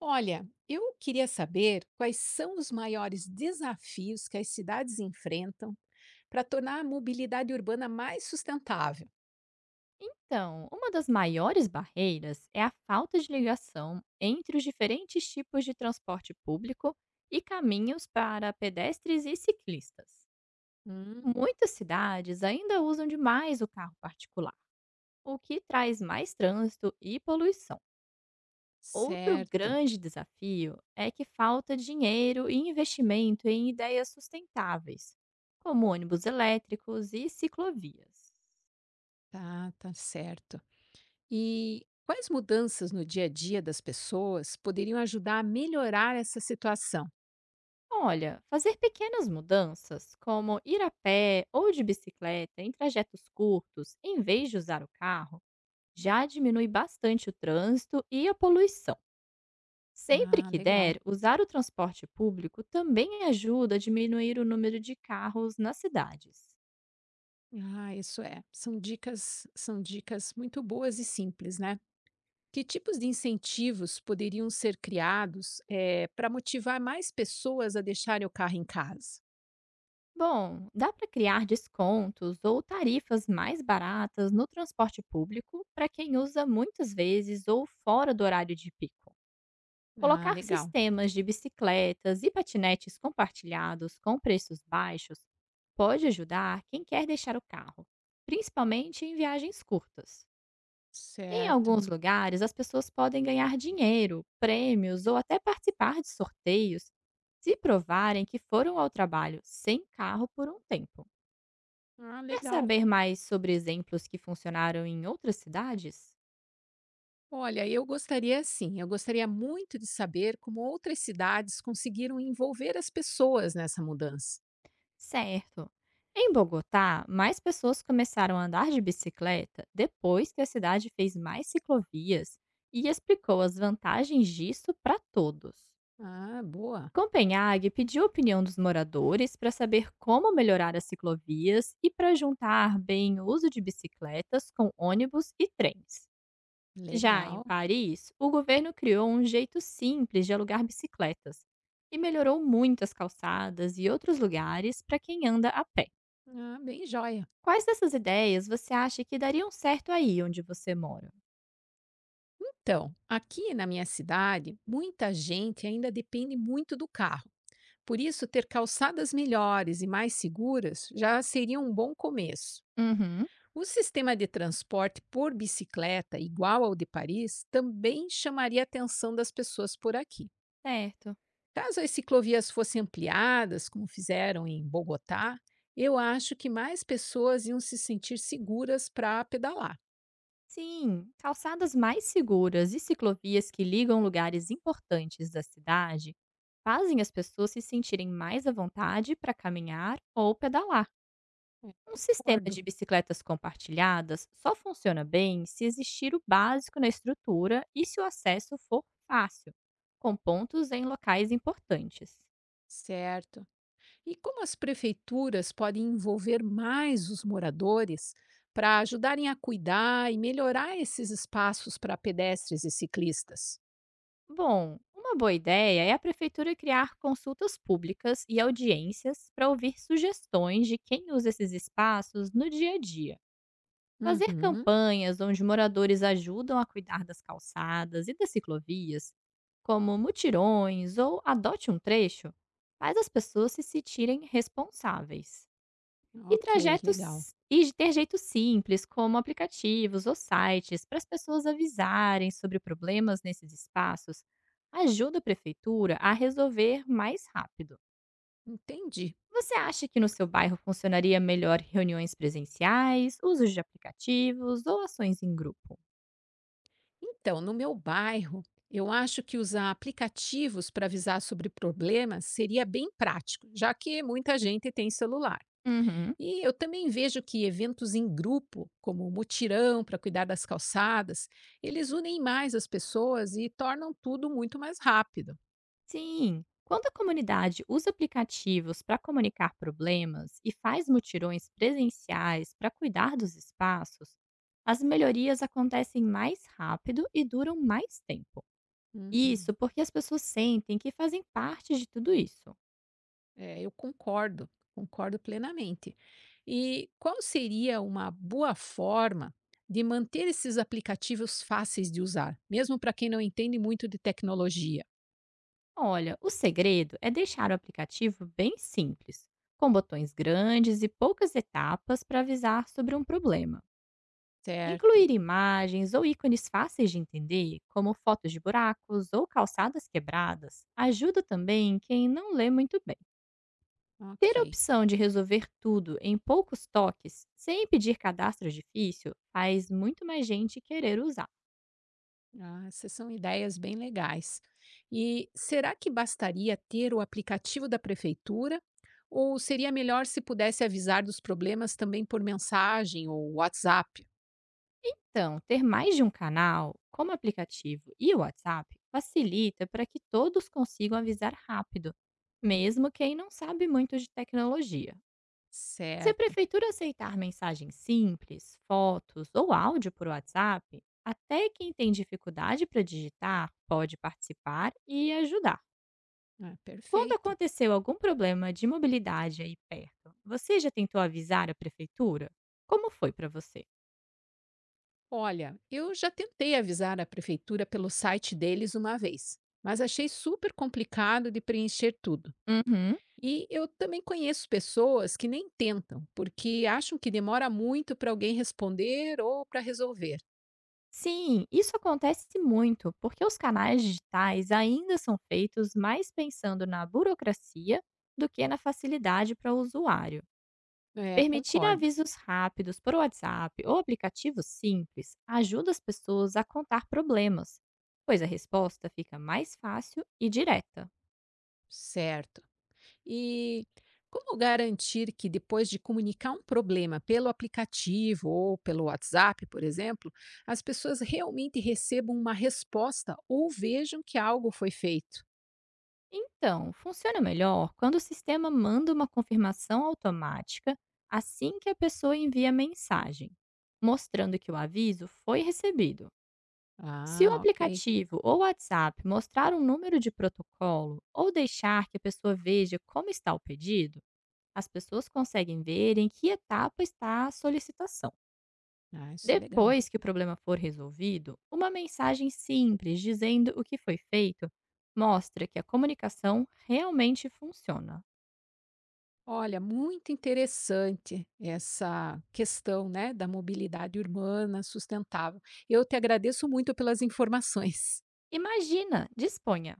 Olha, eu queria saber quais são os maiores desafios que as cidades enfrentam para tornar a mobilidade urbana mais sustentável. Então, uma das maiores barreiras é a falta de ligação entre os diferentes tipos de transporte público e caminhos para pedestres e ciclistas. Hum, Muitas cidades ainda usam demais o carro particular, o que traz mais trânsito e poluição. Outro certo, grande desafio é que falta dinheiro e investimento em ideias sustentáveis, como ônibus elétricos e ciclovias. tá, tá certo. E quais mudanças no dia a dia das pessoas poderiam ajudar a melhorar essa situação? Olha, fazer pequenas mudanças, como ir a pé ou de bicicleta em trajetos curtos, em vez de usar o carro, já diminui bastante o trânsito e a poluição. Sempre Ah, que legal. der, usar o transporte público também ajuda a diminuir o número de carros nas cidades. Ah, isso é. São dicas, muito boas e simples, né? Que tipos de incentivos poderiam ser criados para motivar mais pessoas a deixarem o carro em casa? Bom, dá para criar descontos ou tarifas mais baratas no transporte público para quem usa muitas vezes ou fora do horário de pico. Ah, Colocar legal. sistemas de bicicletas e patinetes compartilhados com preços baixos pode ajudar quem quer deixar o carro, principalmente em viagens curtas. Em Certo. alguns lugares, as pessoas podem ganhar dinheiro, prêmios ou até participar de sorteios se provarem que foram ao trabalho sem carro por um tempo. Ah, Quer legal. saber mais sobre exemplos que funcionaram em outras cidades? Olha, eu gostaria sim, eu gostaria muito de saber como outras cidades conseguiram envolver as pessoas nessa mudança. Certo. Em Bogotá, mais pessoas começaram a andar de bicicleta depois que a cidade fez mais ciclovias e explicou as vantagens disso para todos. Ah, boa. Copenhague pediu a opinião dos moradores para saber como melhorar as ciclovias e para juntar bem o uso de bicicletas com ônibus e trens. Já em Legal. Paris, o governo criou um jeito simples de alugar bicicletas e melhorou muito as calçadas e outros lugares para quem anda a pé. Ah, bem joia. Quais dessas ideias você acha que dariam certo aí onde você mora? Então, aqui na minha cidade, muita gente ainda depende muito do carro. Por isso, ter calçadas melhores e mais seguras já seria um bom começo. Uhum, O sistema de transporte por bicicleta, igual ao de Paris, também chamaria a atenção das pessoas por aqui. certo. Caso as ciclovias fossem ampliadas, como fizeram em Bogotá, eu acho que mais pessoas iam se sentir seguras para pedalar. Sim, calçadas mais seguras e ciclovias que ligam lugares importantes da cidade fazem as pessoas se sentirem mais à vontade para caminhar ou pedalar. É, Um sistema concordo. de bicicletas compartilhadas só funciona bem se existir o básico na estrutura e se o acesso for fácil, com pontos em locais importantes. Certo. E como as prefeituras podem envolver mais os moradores para ajudarem a cuidar e melhorar esses espaços para pedestres e ciclistas? Bom, uma boa ideia é a prefeitura criar consultas públicas e audiências para ouvir sugestões de quem usa esses espaços no dia a dia. Fazer Uhum, campanhas onde moradores ajudam a cuidar das calçadas e das ciclovias, como mutirões ou adote um trecho, faz as pessoas se sentirem responsáveis. E ok, legal. trajetos e de ter jeitos simples, como aplicativos ou sites, para as pessoas avisarem sobre problemas nesses espaços, ajuda a prefeitura a resolver mais rápido. Entendi. Você acha que no seu bairro funcionaria melhor reuniões presenciais, usos de aplicativos ou ações em grupo? Então, no meu bairro, eu acho que usar aplicativos para avisar sobre problemas seria bem prático, já que muita gente tem celular. Uhum. E eu também vejo que eventos em grupo, como o mutirão para cuidar das calçadas, eles unem mais as pessoas e tornam tudo muito mais rápido. Sim, quando a comunidade usa aplicativos para comunicar problemas e faz mutirões presenciais para cuidar dos espaços, as melhorias acontecem mais rápido e duram mais tempo. Isso Uhum. porque as pessoas sentem que fazem parte de tudo isso. É, eu concordo plenamente. E qual seria uma boa forma de manter esses aplicativos fáceis de usar, mesmo para quem não entende muito de tecnologia? Olha, o segredo é deixar o aplicativo bem simples, com botões grandes e poucas etapas para avisar sobre um problema. Certo, Incluir imagens ou ícones fáceis de entender, como fotos de buracos ou calçadas quebradas, ajuda também quem não lê muito bem. Ter a ok. opção de resolver tudo em poucos toques, sem pedir cadastro difícil, faz muito mais gente querer usar. Ah, essas são ideias bem legais. E será que bastaria ter o aplicativo da prefeitura? Ou seria melhor se pudesse avisar dos problemas também por mensagem ou WhatsApp? Então, ter mais de um canal, como aplicativo e o WhatsApp, facilita para que todos consigam avisar rápido, mesmo quem não sabe muito de tecnologia. Se a Certo. prefeitura aceitar mensagens simples, fotos ou áudio por WhatsApp, até quem tem dificuldade para digitar pode participar e ajudar. Ah, Quando perfeito. aconteceu algum problema de mobilidade aí perto, você já tentou avisar a prefeitura? Como foi para você? Olha, eu já tentei avisar a prefeitura pelo site deles uma vez, mas achei super complicado de preencher tudo. Uhum. E eu também conheço pessoas que nem tentam, porque acham que demora muito para alguém responder ou para resolver. Sim, isso acontece muito porque os canais digitais ainda são feitos mais pensando na burocracia do que na facilidade para o usuário. É, Permitir concordo. avisos rápidos por WhatsApp ou aplicativos simples ajuda as pessoas a contar problemas, pois a resposta fica mais fácil e direta. Certo. E como garantir que, depois de comunicar um problema pelo aplicativo ou pelo WhatsApp, por exemplo, as pessoas realmente recebam uma resposta ou vejam que algo foi feito? Então, funciona melhor quando o sistema manda uma confirmação automática assim que a pessoa envia a mensagem, mostrando que o aviso foi recebido. Se o Ah, ok. aplicativo ou WhatsApp mostrar um número de protocolo ou deixar que a pessoa veja como está o pedido, as pessoas conseguem ver em que etapa está a solicitação. Ah, isso é legal. Depois que o problema for resolvido, uma mensagem simples dizendo o que foi feito mostra que a comunicação realmente funciona. Olha, muito interessante essa questão, né, da mobilidade urbana sustentável. Eu te agradeço muito pelas informações. Imagina, disponha!